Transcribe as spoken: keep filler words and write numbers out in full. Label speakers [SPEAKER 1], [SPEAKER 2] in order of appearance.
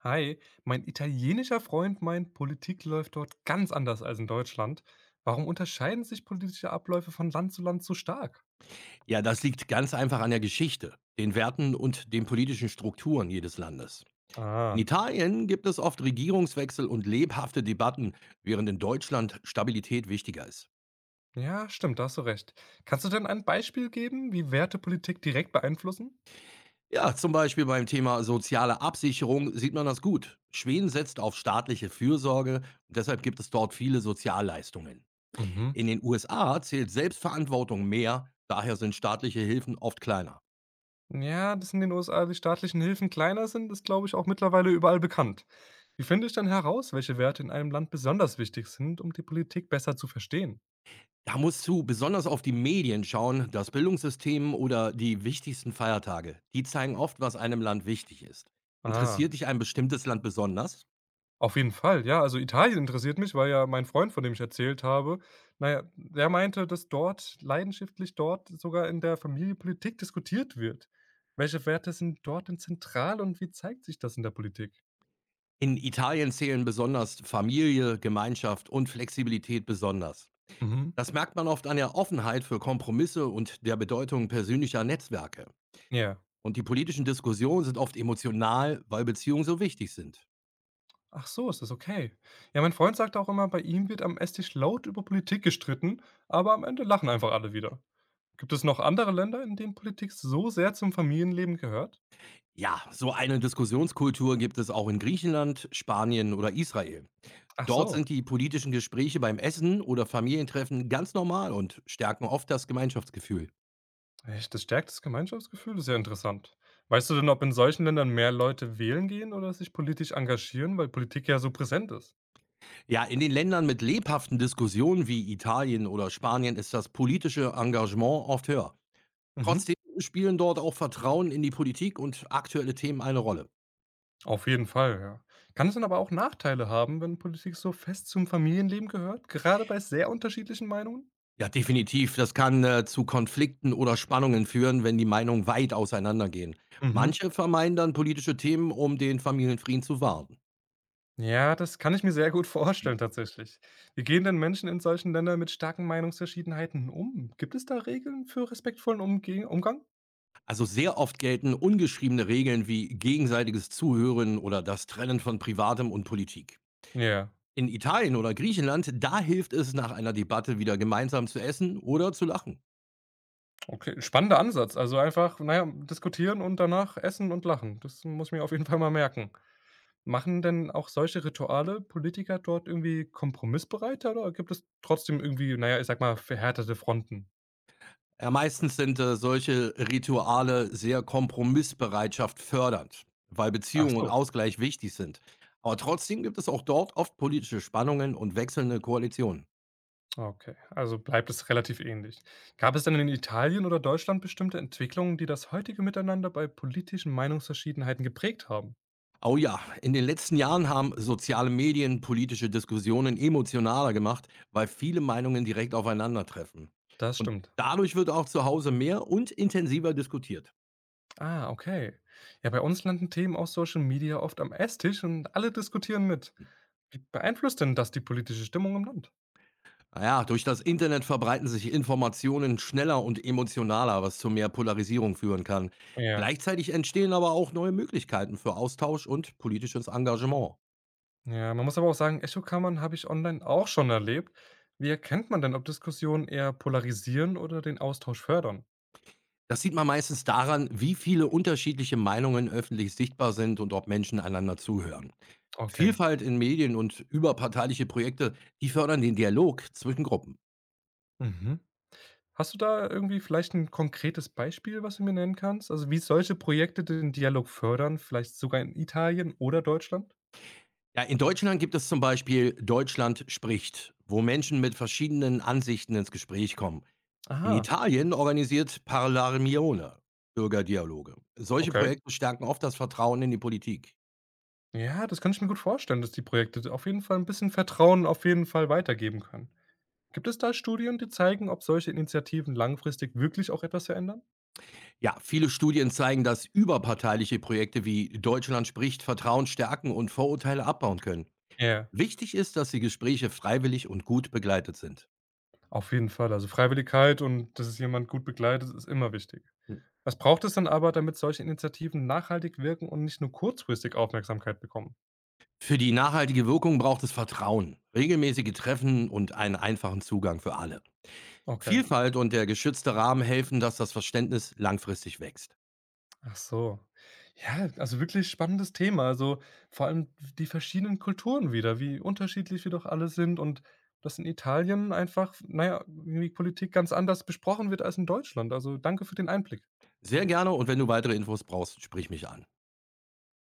[SPEAKER 1] Hi, mein italienischer Freund meint, Politik läuft dort ganz anders als in Deutschland. Warum unterscheiden sich politische Abläufe von Land zu Land so stark?
[SPEAKER 2] Ja, das liegt ganz einfach an der Geschichte, den Werten und den politischen Strukturen jedes Landes. In
[SPEAKER 1] Ah,
[SPEAKER 2] Italien gibt es oft Regierungswechsel und lebhafte Debatten, während in Deutschland Stabilität wichtiger ist.
[SPEAKER 1] ja, stimmt, da hast du recht. Kannst du denn ein Beispiel geben, wie Werte Politik direkt beeinflussen?
[SPEAKER 2] Ja, zum Beispiel beim Thema soziale Absicherung sieht man das gut. Schweden setzt auf staatliche Fürsorge und deshalb gibt es dort viele Sozialleistungen.
[SPEAKER 1] Mhm.
[SPEAKER 2] In den U S A zählt Selbstverantwortung mehr, daher sind staatliche Hilfen oft kleiner.
[SPEAKER 1] Ja, dass in den U S A die staatlichen Hilfen kleiner sind, ist, glaube ich, auch mittlerweile überall bekannt. Wie finde ich dann heraus, welche Werte in einem Land besonders wichtig sind, um die Politik besser zu verstehen?
[SPEAKER 2] Da musst du besonders auf die Medien schauen, das Bildungssystem oder die wichtigsten Feiertage. Die zeigen oft, was einem Land wichtig ist.
[SPEAKER 1] Ah,
[SPEAKER 2] Interessiert dich ein bestimmtes Land besonders?
[SPEAKER 1] auf jeden Fall, ja. Also, Italien interessiert mich, weil ja mein Freund, von dem ich erzählt habe, naja, ja, der meinte, dass dort leidenschaftlich dort sogar in der Familie Politik diskutiert wird. Welche Werte sind dort denn zentral und wie zeigt sich das in der Politik?
[SPEAKER 2] In Italien zählen besonders Familie, Gemeinschaft und Flexibilität besonders.
[SPEAKER 1] Mhm.
[SPEAKER 2] Das merkt man oft an der Offenheit für Kompromisse und der Bedeutung persönlicher Netzwerke.
[SPEAKER 1] Ja.
[SPEAKER 2] Und die politischen Diskussionen sind oft emotional, weil Beziehungen so wichtig sind.
[SPEAKER 1] Ach so, ist das okay. Ja, mein Freund sagt auch immer, bei ihm wird am Esstisch laut über Politik gestritten, aber am Ende lachen einfach alle wieder. Gibt es noch andere Länder, in denen Politik so sehr zum Familienleben gehört?
[SPEAKER 2] Ja, so eine Diskussionskultur gibt es auch in Griechenland, Spanien oder Israel.
[SPEAKER 1] Ach
[SPEAKER 2] Dort
[SPEAKER 1] so.
[SPEAKER 2] sind die politischen Gespräche beim Essen oder Familientreffen ganz normal und stärken oft das Gemeinschaftsgefühl.
[SPEAKER 1] Echt? Das stärkt das Gemeinschaftsgefühl? Das ist ja interessant. Weißt du denn, ob in solchen Ländern mehr Leute wählen gehen oder sich politisch engagieren, weil Politik ja so präsent ist?
[SPEAKER 2] Ja, in den Ländern mit lebhaften Diskussionen wie Italien oder Spanien ist das politische Engagement oft höher.
[SPEAKER 1] Mhm.
[SPEAKER 2] Trotzdem spielen dort auch Vertrauen in die Politik und aktuelle Themen eine Rolle.
[SPEAKER 1] Auf jeden Fall, ja. Kann es dann aber auch Nachteile haben, wenn Politik so fest zum Familienleben gehört, gerade bei sehr unterschiedlichen Meinungen?
[SPEAKER 2] Ja, definitiv. Das kann äh, zu Konflikten oder Spannungen führen, wenn die Meinungen weit auseinandergehen.
[SPEAKER 1] Mhm.
[SPEAKER 2] Manche vermeiden dann politische Themen, um den Familienfrieden zu wahren.
[SPEAKER 1] Ja, das kann ich mir sehr gut vorstellen tatsächlich. Wie gehen denn Menschen in solchen Ländern mit starken Meinungsverschiedenheiten um? Gibt es da Regeln für respektvollen Umge Umgang?
[SPEAKER 2] Also sehr oft gelten ungeschriebene Regeln wie gegenseitiges Zuhören oder das Trennen von Privatem und Politik.
[SPEAKER 1] Ja.
[SPEAKER 2] In Italien oder Griechenland, da hilft es nach einer Debatte wieder gemeinsam zu essen oder zu lachen.
[SPEAKER 1] Okay, spannender Ansatz. Also einfach, naja, diskutieren und danach essen und lachen. Das muss ich mir auf jeden Fall mal merken. Machen denn auch solche Rituale Politiker dort irgendwie kompromissbereiter oder gibt es trotzdem irgendwie, naja, ich sag mal, verhärtete Fronten?
[SPEAKER 2] Ja, meistens sind äh, solche Rituale sehr Kompromissbereitschaft fördernd, weil
[SPEAKER 1] Ach
[SPEAKER 2] Beziehung und
[SPEAKER 1] so,
[SPEAKER 2] Ausgleich wichtig sind. Aber trotzdem gibt es auch dort oft politische Spannungen und wechselnde Koalitionen.
[SPEAKER 1] okay. Also bleibt es relativ ähnlich. Gab es denn in Italien oder Deutschland bestimmte Entwicklungen, die das heutige Miteinander bei politischen Meinungsverschiedenheiten geprägt haben?
[SPEAKER 2] Oh ja, in den letzten Jahren haben soziale Medien politische Diskussionen emotionaler gemacht, weil viele Meinungen direkt aufeinandertreffen.
[SPEAKER 1] Das
[SPEAKER 2] Und
[SPEAKER 1] stimmt.
[SPEAKER 2] dadurch wird auch zu Hause mehr und intensiver diskutiert.
[SPEAKER 1] Ah, okay. Ja, bei uns landen Themen aus Social Media oft am Esstisch und alle diskutieren mit. Wie beeinflusst denn das die politische Stimmung im Land?
[SPEAKER 2] Naja, durch das Internet verbreiten sich Informationen schneller und emotionaler, was zu mehr Polarisierung führen kann.
[SPEAKER 1] Ja,
[SPEAKER 2] Gleichzeitig entstehen aber auch neue Möglichkeiten für Austausch und politisches Engagement.
[SPEAKER 1] ja, man muss aber auch sagen, Echokammern habe ich online auch schon erlebt. Wie erkennt man denn, ob Diskussionen eher polarisieren oder den Austausch fördern?
[SPEAKER 2] Das sieht man meistens daran, wie viele unterschiedliche Meinungen öffentlich sichtbar sind und ob Menschen einander zuhören.
[SPEAKER 1] Okay.
[SPEAKER 2] Vielfalt in Medien und überparteiliche Projekte, die fördern den Dialog zwischen Gruppen.
[SPEAKER 1] Mhm. Hast du da irgendwie vielleicht ein konkretes Beispiel, was du mir nennen kannst? Also wie solche Projekte den Dialog fördern, vielleicht sogar in Italien oder Deutschland?
[SPEAKER 2] Ja, in Deutschland gibt es zum Beispiel Deutschland spricht, wo Menschen mit verschiedenen Ansichten ins Gespräch kommen. In
[SPEAKER 1] Aha,
[SPEAKER 2] Italien organisiert Parlamione Bürgerdialoge. Solche
[SPEAKER 1] okay.
[SPEAKER 2] Projekte stärken oft das Vertrauen in die Politik.
[SPEAKER 1] Ja, das kann ich mir gut vorstellen, dass die Projekte auf jeden Fall ein bisschen Vertrauen auf jeden Fall weitergeben können. Gibt es da Studien, die zeigen, ob solche Initiativen langfristig wirklich auch etwas verändern?
[SPEAKER 2] Ja, viele Studien zeigen, dass überparteiliche Projekte wie Deutschland spricht Vertrauen stärken und Vorurteile abbauen können.
[SPEAKER 1] Ja.
[SPEAKER 2] Wichtig ist, dass die Gespräche freiwillig und gut begleitet sind.
[SPEAKER 1] Auf jeden Fall. Also Freiwilligkeit und dass es jemand gut begleitet, ist immer wichtig.
[SPEAKER 2] Hm.
[SPEAKER 1] Was braucht es dann aber, damit solche Initiativen nachhaltig wirken und nicht nur kurzfristig Aufmerksamkeit bekommen?
[SPEAKER 2] Für die nachhaltige Wirkung braucht es Vertrauen, regelmäßige Treffen und einen einfachen Zugang für alle.
[SPEAKER 1] Okay.
[SPEAKER 2] Vielfalt und der geschützte Rahmen helfen, dass das Verständnis langfristig wächst.
[SPEAKER 1] Ach so. Ja, also wirklich spannendes Thema. Also vor allem die verschiedenen Kulturen wieder, wie unterschiedlich wir doch alle sind und dass in Italien einfach, naja, irgendwie Politik ganz anders besprochen wird als in Deutschland. Also danke für den Einblick.
[SPEAKER 2] Sehr gerne und wenn du weitere Infos brauchst, sprich mich an.